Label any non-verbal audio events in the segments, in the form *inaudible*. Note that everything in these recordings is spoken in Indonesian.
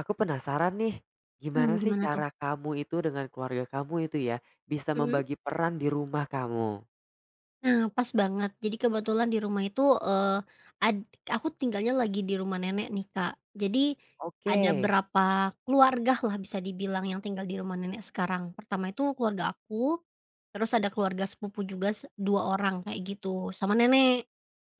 Aku penasaran nih, gimana Mmm, sih gimana tuh? cara kamu itu dengan keluarga kamu itu ya, bisa Mhm. membagi peran di rumah kamu? Nah, pas banget. Jadi kebetulan di rumah itu, ad aku tinggalnya lagi di rumah nenek nih, Kak. Jadi ada Oke. berapa keluargalah bisa dibilang yang tinggal di rumah nenek sekarang. Pertama itu keluarga aku, terus ada keluarga sepupu juga se 2 orang kayak gitu, sama nenek.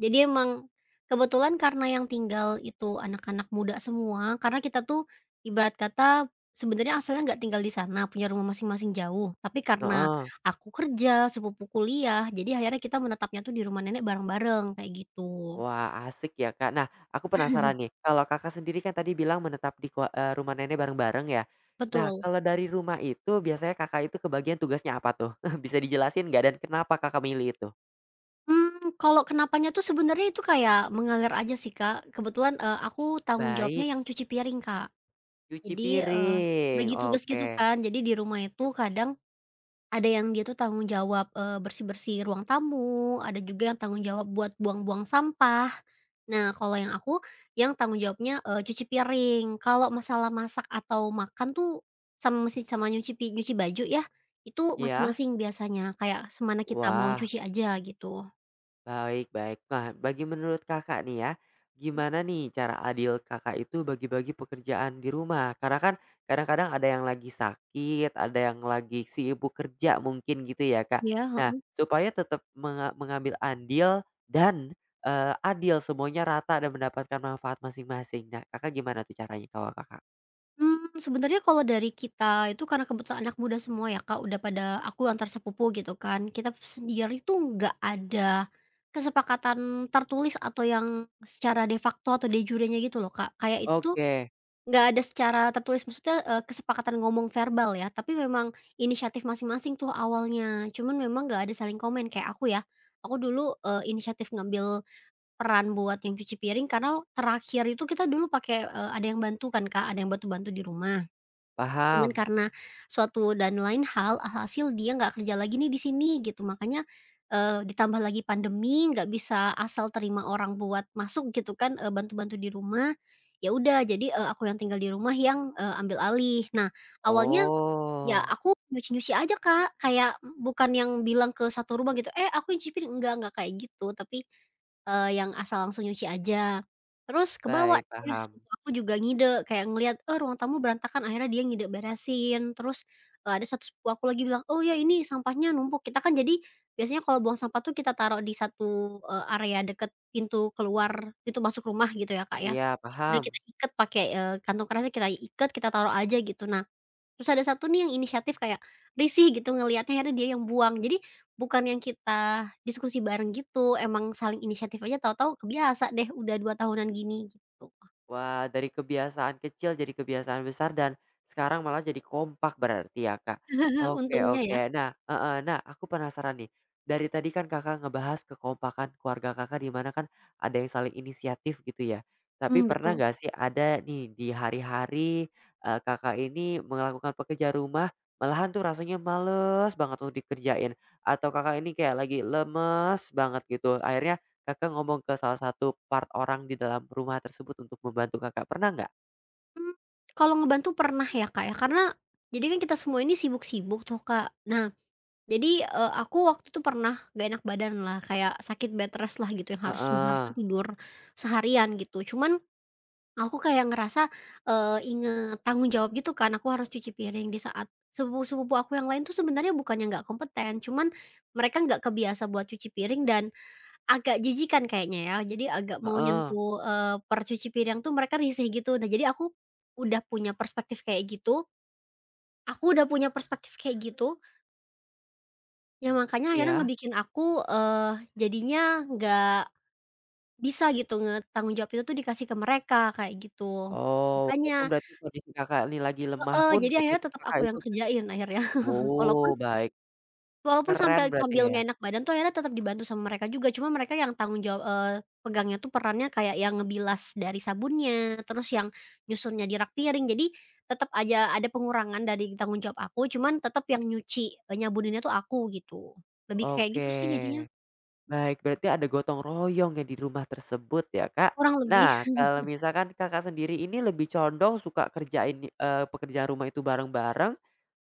Jadi emang kebetulan karena yang tinggal itu anak-anak muda semua, karena kita tuh ibarat kata sebenarnya asalnya nggak tinggal di sana, punya rumah masing-masing jauh. Tapi karena Heeh. aku kerja, sepupu kuliah, jadi akhirnya kita menetapnya tuh di rumah nenek bareng-bareng kayak gitu. Wah, asik ya, Kak. Nah, aku penasaran nih, *laughs* kalau Kakak sendiri kan tadi bilang menetap di rumah nenek bareng-bareng ya. Nah, Betul. kalau dari rumah itu biasanya Kakak itu kebagian tugasnya apa tuh? *laughs* Bisa dijelasin nggak dan kenapa Kakak milih itu? Hmm, kalau kenapanya tuh sebenarnya itu kayak mengalir aja sih, Kak. Kebetulan, aku tanggung jawabnya Baik, yang cuci piring, Kak. cuci Jadi, eee, piring, bagi tugas oke. gitu kan. Jadi di rumah itu kadang ada yang dia tuh tanggung jawab, bersih-bersih ruang tamu, ada juga yang tanggung jawab buat buang-buang sampah. Nah, kalau yang aku, yang tanggung jawabnya, cuci piring. Kalau masalah masak atau makan tuh sama mesin sama nyuci nyuci baju ya, itu Ya, masing-masing biasanya, kayak semana kita mau wah. cuci aja gitu. Baik baik. Nah, bagi menurut Kakak nih ya, gimana nih cara adil Kakak itu bagi-bagi pekerjaan di rumah? Karena kan kadang-kadang ada yang lagi sakit, ada yang lagi sibuk kerja mungkin gitu ya, Kak. Ya. Nah, supaya tetap mengambil andil dan, adil semuanya rata dan mendapatkan manfaat masing-masing. Nah, Kakak gimana tuh caranya kalau Kakak? Sebenarnya kalau dari kita itu karena kebetulan anak muda semua ya Kak, udah pada aku antar sepupu gitu kan. Kita sendiri itu nggak ada kesepakatan tertulis atau yang secara de facto atau de jurenya gitu loh Kak. Kayak itu tuh Oke, nggak ada secara tertulis maksudnya, kesepakatan ngomong verbal ya, tapi memang inisiatif masing-masing tuh awalnya. Cuman memang nggak ada saling komen kayak aku ya, aku dulu, inisiatif ngambil peran buat yang cuci piring karena terakhir itu kita dulu pakai, ada yang bantu kan Kak, ada yang bantu-bantu di rumah. Cuman paham. karena suatu dan lain hal, alhasil dia nggak kerja lagi nih di sini gitu. Makanya, ditambah lagi pandemi, nggak bisa asal terima orang buat masuk gitu kan, bantu-bantu di rumah. Ya udah jadi, aku yang tinggal di rumah yang, ambil alih. Nah, awalnya ya, Oh, aku nyuci-nyuci aja, Kak, kayak bukan yang bilang ke satu rumah gitu, "Eh, aku nyuci piring," enggak kayak gitu, tapi, yang asal langsung nyuci aja. Terus kebawa baik deh paham. sepupu aku juga ngide, kayak ngelihat, "Oh, ruang tamu berantakan," akhirnya dia ngide beresin. Terus, ada satu sepupu aku lagi bilang, "Oh, ya ini sampahnya numpuk." Kita kan jadi biasanya kalau buang sampah tuh kita taruh di satu, area deket pintu keluar, pintu masuk rumah gitu ya, Kak, ya. Iya, Udah kita paham. iket pakai, kantong kerasnya kita iket, kita taruh aja gitu. Nah, terus ada satu nih yang inisiatif kayak risih gitu ngelihatnya, akhirnya dia yang buang. Jadi bukan yang kita diskusi bareng gitu, emang saling inisiatif aja tahu-tahu kebiasa deh udah 2 tahunan gini gitu. Wah, dari kebiasaan kecil jadi kebiasaan besar dan sekarang malah jadi kompak berarti ya, Kak. Heeh, Oke untungnya oke. ya. Nah heeh, nah aku penasaran nih, dari tadi kan Kakak ngebahas kekompakan keluarga Kakak di mana kan ada yang saling inisiatif gitu ya. Tapi Mmm, pernah betul. nggak sih ada nih di hari-hari, Kakak ini melakukan pekerjaan rumah, malahan tuh rasanya males banget tuh dikerjain, atau Kakak ini kayak lagi lemes banget gitu, akhirnya Kakak ngomong ke salah satu part orang di dalam rumah tersebut untuk membantu Kakak, pernah nggak? Mmm, kalau ngebantu pernah ya, Kak, ya, karena jadi kan kita semua ini sibuk-sibuk tuh, Kak. Nah, jadi, aku waktu itu pernah nggak enak badan lah, kayak sakit bed rest lah gitu yang harus Heeh, mengharuskan tidur seharian gitu. Cuman aku kayak ngerasa, inget tanggung jawab gitu kan, aku harus cuci piring di saat sepupu-sepupu aku yang lain tuh sebenarnya bukannya nggak kompeten, cuman mereka nggak kebiasa buat cuci piring dan agak jijikan kayaknya ya. Jadi agak mau heeh, nyentuh, cuci piring tuh mereka risih gitu. Nah, jadi udah punya perspektif kayak gitu aku udah punya perspektif kayak gitu, ya makanya akhirnya iya? ngebikin aku, jadinya nggak bisa gitu tanggung jawab itu tuh dikasih ke mereka, kayak gitu. Oh, Makanya. walaupun berarti kondisi Kakak ini lagi lemah Heeh, pun, jadi akhirnya tetep tetap Kakak aku itu yang tetap. kerjain akhirnya. *laughs* Oh, Walaupun baik. walaupun Keren sampai berarti sambil ya? nggak enak badan tuh akhirnya tetap dibantu sama mereka juga, cuma mereka yang tanggung jawab pegangnya tuh perannya kayak yang ngebilas dari sabunnya, terus yang nyusunnya di rak piring. Jadi tetap aja ada pengurangan dari tanggung jawab aku, cuman tetap yang nyuci, nyabuninnya tuh aku gitu. Lebih kayak gitu Oke. sih jadinya, Baik, berarti ada gotong royong ya di rumah tersebut ya, Kak. kurang lebih. Nah, kalau misalkan Kakak sendiri ini lebih condong suka kerjain, pekerjaan rumah itu bareng-bareng.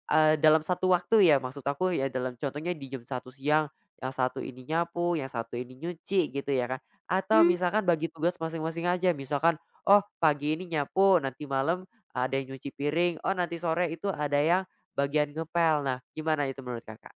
Dalam satu waktu ya maksud aku ya dalam contohnya di jam satu siang, yang satu ini nyapu, yang satu ini nyuci gitu ya kan, atau *laughs* misalkan bagi tugas masing-masing aja misalkan, oh pagi ini nyapu nanti malam ada yang nyuci piring, oh nanti sore itu ada yang bagian ngepel. Nah gimana itu menurut Kakak?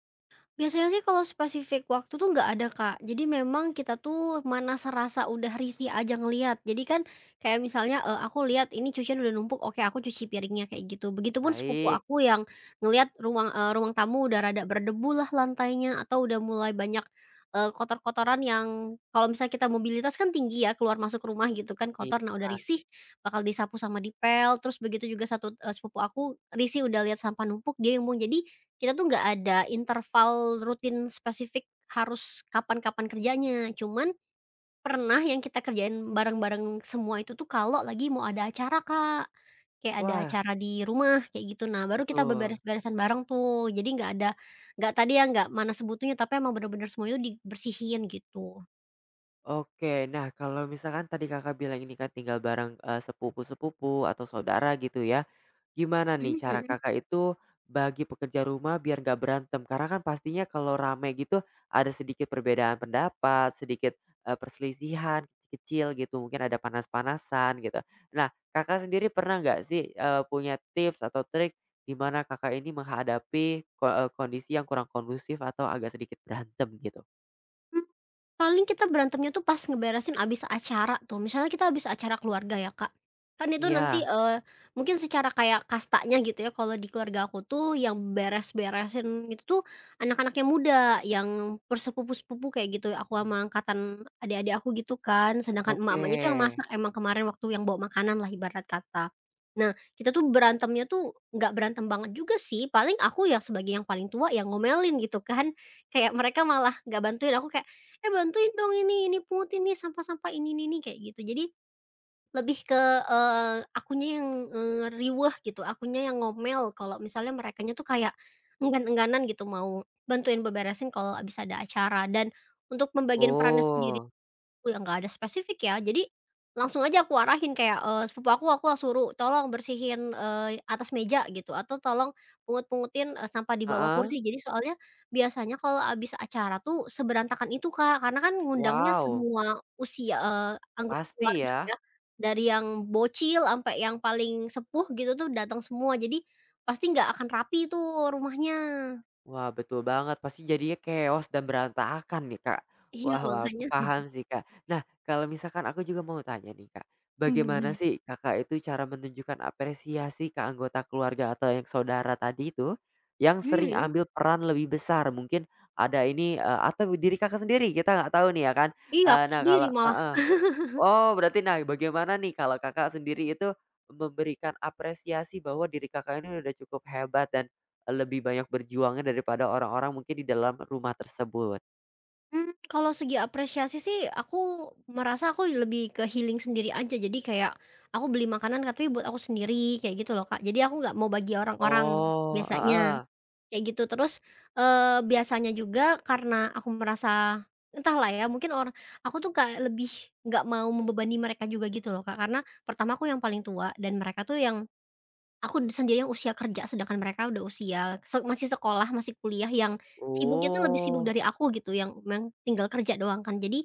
Biasanya sih kalau spesifik waktu tuh nggak ada, Kak. Jadi memang kita tuh mana serasa udah risih aja ngelihat. Jadi kan kayak misalnya, aku lihat ini cucian udah numpuk, oke aku cuci piringnya kayak gitu. Begitupun sepupu Baik, aku yang ngelihat ruang tamu udah rada berdebu lah lantainya atau udah mulai banyak, kotor-kotoran yang kalau misalnya kita mobilitas kan tinggi ya keluar masuk rumah gitu kan kotor. iya. Nah udah risih bakal disapu sama dipel, terus begitu juga satu, sepupu aku risih udah lihat sampah numpuk dia yang buang. Jadi kita tuh nggak ada interval rutin spesifik harus kapan-kapan kerjanya, cuman pernah yang kita kerjain bareng-bareng semua itu tuh kalau lagi mau ada acara, Kak. Kayak ada Wah, acara di rumah kayak gitu. Nah, baru kita betul. beberes-beresan bareng tuh. Jadi nggak ada nggak tadi ya, nggak mana sebutunya, tapi emang bener-bener semuanya dibersihin gitu. Oke, nah kalau misalkan tadi Kakak bilang ini kan tinggal bareng, sepupu-sepupu atau saudara gitu ya. Gimana nih cara Mhm Kakak itu bagi pekerja rumah biar nggak berantem? Karena kan pastinya kalau rame gitu ada sedikit perbedaan pendapat, sedikit, perselisihan kecil gitu, mungkin ada panas-panasan gitu. Nah, Kakak sendiri pernah nggak sih, punya tips atau trik di mana Kakak ini menghadapi kondisi yang kurang kondusif atau agak sedikit berantem gitu? mhm. Paling kita berantemnya tuh pas ngeberesin abis acara tuh, misalnya kita abis acara keluarga ya, Kak. Kan itu nanti, Iya, mungkin secara kayak kastanya gitu ya, kalau di keluarga aku tuh yang beres-beresin itu tuh anak-anaknya muda, yang bersepupu-sepupu kayak gitu, aku sama angkatan adik-adik aku gitu kan. Sedangkan oke. emak-emaknya tuh yang masak emang kemarin waktu yang bawa makanan lah ibarat kata. Nah, kita tuh berantemnya tuh nggak berantem banget juga sih, paling aku ya sebagai yang paling tua yang ngomelin gitu kan, kayak mereka malah nggak bantuin, aku kayak, "Eh, bantuin dong ini pungut ini sampah-sampah ini," kayak gitu. Jadi lebih ke, akunya yang, riweuh gitu, akunya yang ngomel kalau misalnya merekanya tuh kayak enggan-engganan gitu mau bantuin beberesin kalau habis ada acara. Dan untuk pembagian perannya sendiri Oh, ya nggak ada spesifik ya, jadi langsung aja aku arahin kayak, sepupu aku suruh, "Tolong bersihin, atas meja," gitu, atau, "Tolong pungut-pungutin, sampah di bawah heeh, kursi." Jadi soalnya biasanya kalau abis acara tuh seberantakan itu, Kak, karena kan ngundangnya wow, semua usia, anggota pasti keluarga ya. ya, dari yang bocil sampai yang paling sepuh gitu tuh datang semua, jadi pasti nggak akan rapi tuh rumahnya. Wah, betul banget, pasti jadinya keos dan berantakan nih, Kak. Iya, Wah wah, aku makanya. paham sih, Kak. Nah, kalau misalkan aku juga mau tanya nih, Kak, Mhm, gimana? bagaimana sih Kakak itu cara menunjukkan apresiasi ke anggota keluarga atau yang saudara tadi itu, yang Mhm sering mhm. ambil peran lebih besar? Mungkin ada ini, atau diri Kakak sendiri, kita nggak tahu nih ya kan. Iya, aku Nah sendiri kalau malah. heeh. Oh, berarti nah bagaimana nih kalau Kakak sendiri itu memberikan apresiasi bahwa diri Kakak ini udah cukup hebat dan eh, lebih banyak berjuangnya daripada orang-orang mungkin di dalam rumah tersebut? Kalau segi apresiasi sih aku merasa aku lebih ke healing sendiri aja. Jadi kayak aku beli makanan tapi buat aku sendiri kayak gitu loh, Kak. Jadi aku nggak mau bagi orang-orang Oh, biasanya, heeh. kayak gitu. Terus, biasanya juga karena aku merasa entahlah ya mungkin orang aku tuh kayak lebih nggak mau membebani mereka juga gitu loh, Kak. Karena pertama aku yang paling tua dan mereka tuh aku sendiri yang usia kerja, sedangkan mereka udah usia masih sekolah, masih kuliah, yang sibuknya tuh lebih sibuk Oh, dari aku gitu, yang memang tinggal kerja doang kan. Jadi,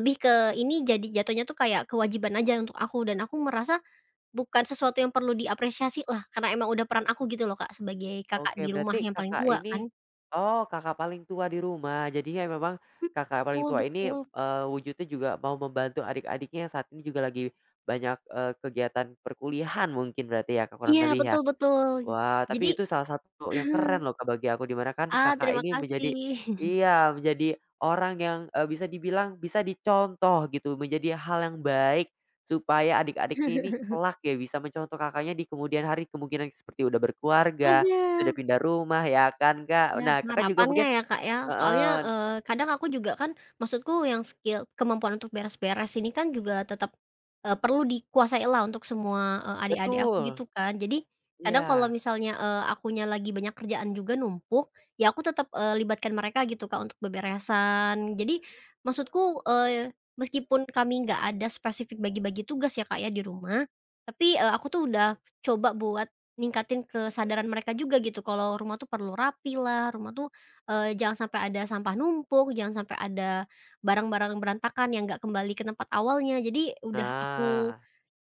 lebih ke ini jadi jatuhnya tuh kayak kewajiban aja untuk aku dan aku merasa bukan sesuatu yang perlu diapresiasi lah, karena emang udah peran aku gitu loh, Kak, sebagai kakak oke di rumah berarti yang paling Kakak tua ini kan. oh kakak paling tua di rumah jadinya memang Mhm, kakak paling betul tua ini, betul. Wujudnya juga mau membantu adik-adiknya yang saat ini juga lagi banyak, kegiatan perkuliahan mungkin berarti ya, Kak, kurang Iya, lebih ya? betul betul. Wah, Jadi tapi itu salah satu yang *laughs* keren loh, Kak, bagi aku di mana kan ah, Kakak terima ini menjadi kasih. iya, menjadi orang yang, bisa dibilang bisa dicontoh gitu, menjadi hal yang baik supaya adik-adik ini *laughs* kelak ya bisa mencontoh Kakaknya di kemudian hari, kemungkinan seperti udah berkeluarga, sudah Ada. pindah rumah ya kan, Kak. Ya, Nah, Kakak juga harapannya mungkin ya, Kak, ya. Soalnya, heeh, kadang aku juga kan maksudku yang skill kemampuan untuk beres-beres ini kan juga tetap, perlu dikuasailah untuk semua, adik-adik aku gitu betul, kan. Jadi kadang kalau iya. misalnya, akunya lagi banyak kerjaan juga numpuk, ya aku tetap, libatkan mereka gitu, Kak, untuk beberesan. Jadi maksudku, meskipun kami nggak ada spesifik bagi-bagi tugas ya, Kak, ya, di rumah, tapi, aku tuh udah coba buat ningkatin kesadaran mereka juga gitu kalau rumah tuh perlu rapi lah, rumah tuh, jangan sampai ada sampah numpuk, jangan sampai ada barang-barang berantakan yang nggak kembali ke tempat awalnya. Jadi udah aku Nah,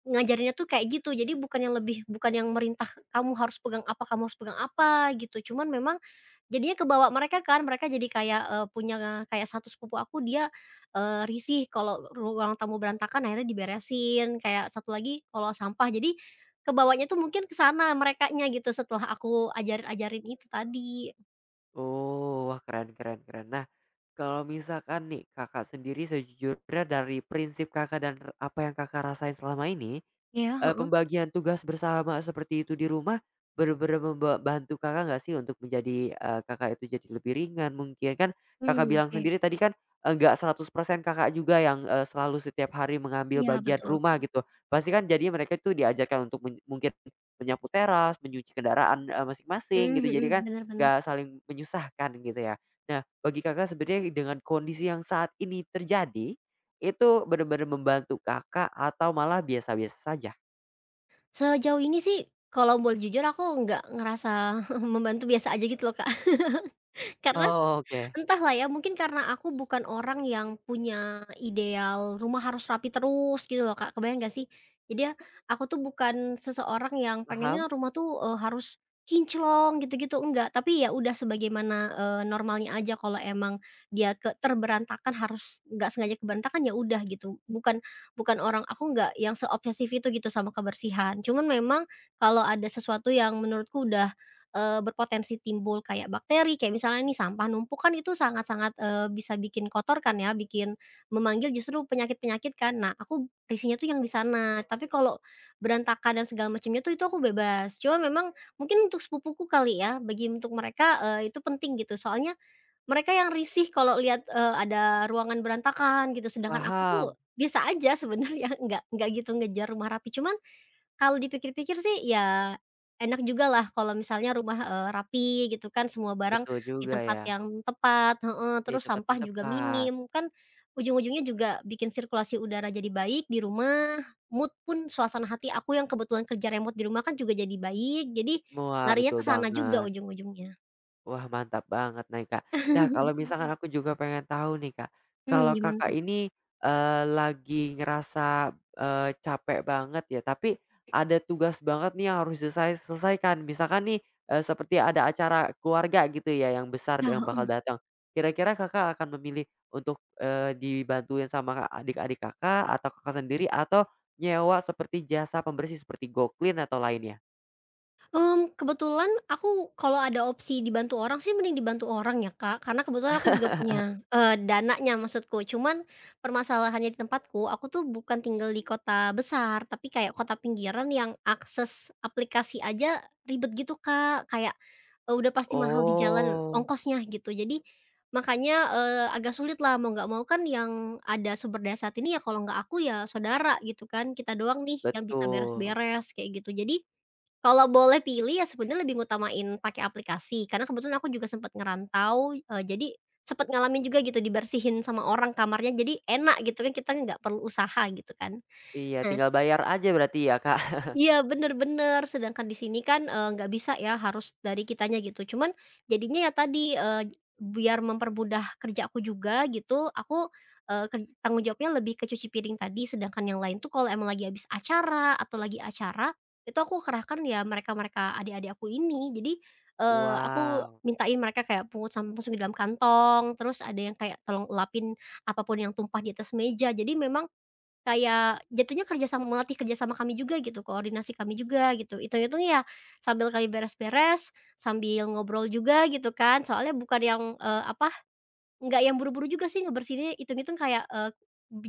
ngajarinnya tuh kayak gitu. Jadi bukan yang lebih bukan yang merintah kamu harus pegang apa kamu harus pegang apa gitu, cuman memang jadinya kebawa mereka kan, mereka jadi kayak, punya kayak satu sepupu aku dia, risih kalau ruang tamu berantakan akhirnya diberesin, kayak satu lagi kalau sampah. Jadi kebawanya tuh mungkin ke sana merekanya gitu setelah aku ajarin-ajarin itu tadi. oh, wah keren keren keren. Nah kalau misalkan nih, Kakak sendiri sejujurnya dari prinsip Kakak dan apa yang Kakak rasain selama ini, Iya, heeh. pembagian tugas bersama seperti itu di rumah bener-bener Kakak nggak sih untuk menjadi, Kakak itu jadi lebih ringan mungkin? Kan Kakak Mmm, bilang oke. sendiri tadi kan, nggak 100% Kakak juga yang, selalu setiap hari mengambil Iya bagian betul. rumah gitu. Pasti kan jadinya mereka itu diajarkan untuk mungkin menyapu teras, menyuci kendaraan, masing-masing Mhm gitu. Jadi kan mhm, bener bener. nggak saling menyusahkan gitu ya. Nah, bagi Kakak sebenarnya dengan kondisi yang saat ini terjadi, itu benar-benar membantu Kakak atau malah biasa-biasa saja? Sejauh ini sih kalau boleh jujur aku nggak ngerasa *laughs* membantu biasa aja gitu loh, Kak. *laughs* Karena Oh, oke. entahlah ya, mungkin karena aku bukan orang yang punya ideal rumah harus rapi terus gitu loh, Kak, kebayang nggak sih? Jadi ya, aku tuh bukan seseorang yang pengennya Paham rumah tuh, harus kinclong gitu-gitu, enggak. Tapi ya udah sebagaimana, normalnya aja kalau emang dia ke terberantakan harus nggak sengaja keberantakan, ya udah gitu. Bukan bukan orang aku nggak yang seobsesif itu gitu sama kebersihan. Cuman memang kalau ada sesuatu yang menurutku udah berpotensi timbul kayak bakteri, kayak misalnya nih sampah numpuk kan itu sangat-sangat, bisa bikin kotor kan ya, bikin memanggil justru penyakit-penyakit kan. Nah, aku risihnya tuh yang di sana, tapi kalau berantakan dan segala macamnya tuh itu aku bebas. Cuma memang mungkin untuk sepupuku kali ya, bagi untuk mereka, itu penting gitu, soalnya mereka yang risih kalau lihat, ada ruangan berantakan gitu, sedangkan aku tuh paham. biasa aja sebenarnya, *laughs* nggak gitu ngejar rumah rapi. Cuman kalau dipikir-pikir sih ya enak juga lah. Kalau misalnya rumah, rapi gitu kan, semua barang Betul di juga tempat ya, yang tepat heeh, di terus tempat sampah yang juga tepat. minim, kan ujung-ujungnya juga bikin sirkulasi udara jadi baik di rumah, mood pun suasana hati aku yang kebetulan kerja remote di rumah kan juga jadi baik, jadi Wah, larinya betul ke sana juga banget. ujung-ujungnya. Wah, mantap banget nih, Kak. Nah, kalau *laughs* misalkan aku juga pengen tahu nih, Kak, Iya. Mmm, kalau gimana Kakak tuh? ini, lagi ngerasa, capek banget ya, tapi ada tugas banget nih yang harus selesaikan. Misalkan nih, seperti ada acara keluarga gitu ya yang besar Ya, yang bakal heeh. datang. Kira-kira Kakak akan memilih untuk, dibantuin sama adik-adik Kakak atau Kakak sendiri atau nyewa seperti jasa pembersih seperti Go atau lainnya? Kebetulan aku kalau ada opsi dibantu orang sih mending dibantu orang ya, Kak, karena kebetulan aku juga punya, dananya maksudku. Cuman permasalahannya di tempatku, aku tuh bukan tinggal di kota besar, tapi kayak kota pinggiran yang akses aplikasi aja ribet gitu, Kak. Kayak, udah pasti mahal di jalan Oh, ongkosnya gitu. Jadi makanya, agak sulit lah mau nggak mau kan yang ada sumber daya saat ini ya kalau nggak aku ya saudara gitu kan, kita doang nih yang bisa betul. beres-beres kayak gitu. Jadi kalau boleh pilih ya sebenarnya lebih ngutamain pakai aplikasi, karena kebetulan aku juga sempat ngerantau, jadi sempat ngalamin juga gitu dibersihin sama orang kamarnya, jadi enak gitu kan, kita nggak perlu usaha gitu kan. Iya, Nah tinggal bayar aja berarti ya, Kak? *laughs* iya, bener bener, sedangkan di sini kan, nggak bisa ya, harus dari kitanya gitu. Cuman jadinya ya tadi, biar mempermudah kerja aku juga gitu, aku, tanggung jawabnya lebih ke cuci piring tadi, sedangkan yang lain tuh kalau emang lagi habis acara atau lagi acara, itu aku kerahkan ya mereka-mereka adik-adik aku ini. Jadi, aku Wow, mintain mereka kayak pungut sampah langsung di dalam kantong, terus ada yang kayak tolong lapin apapun yang tumpah di atas meja. Jadi memang kayak jatuhnya kerjasama melatih kerjasama kami juga gitu, koordinasi kami juga gitu. Hitung-hitung ya sambil kami beres-beres, sambil ngobrol juga gitu kan. Soalnya bukan yang, apa, nggak yang buru-buru juga sih ngebersihinnya, hitung-hitung kayak,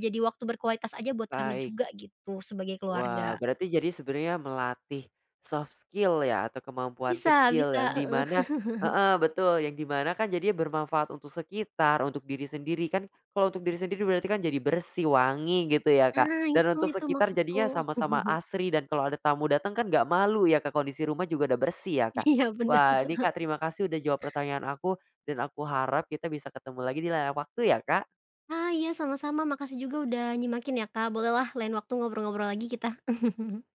jadi waktu berkualitas aja buat kami baik. juga gitu sebagai Wah, keluarga. berarti jadi sebenarnya melatih soft skill ya atau kemampuan Bisa kecil bisa, yang heeh. dimana, mana heeh, betul, yang dimana kan jadinya bermanfaat untuk sekitar, untuk diri sendiri kan kalau untuk diri sendiri berarti kan jadi bersih, wangi gitu ya, Kak, Nah dan untuk itu sekitar maksudku. jadinya sama-sama *laughs* asri dan kalau ada tamu datang kan nggak malu ya, Kak, kondisi rumah juga udah bersih ya, Kak. Iya bener. Wah, ini, Kak, terima kasih udah jawab pertanyaan aku dan aku harap kita bisa ketemu lagi di lain waktu ya, Kak. Ah, iya sama-sama, makasih juga udah nyimakin ya Kak. Bolehlah lain waktu ngobrol-ngobrol lagi kita. *laughs*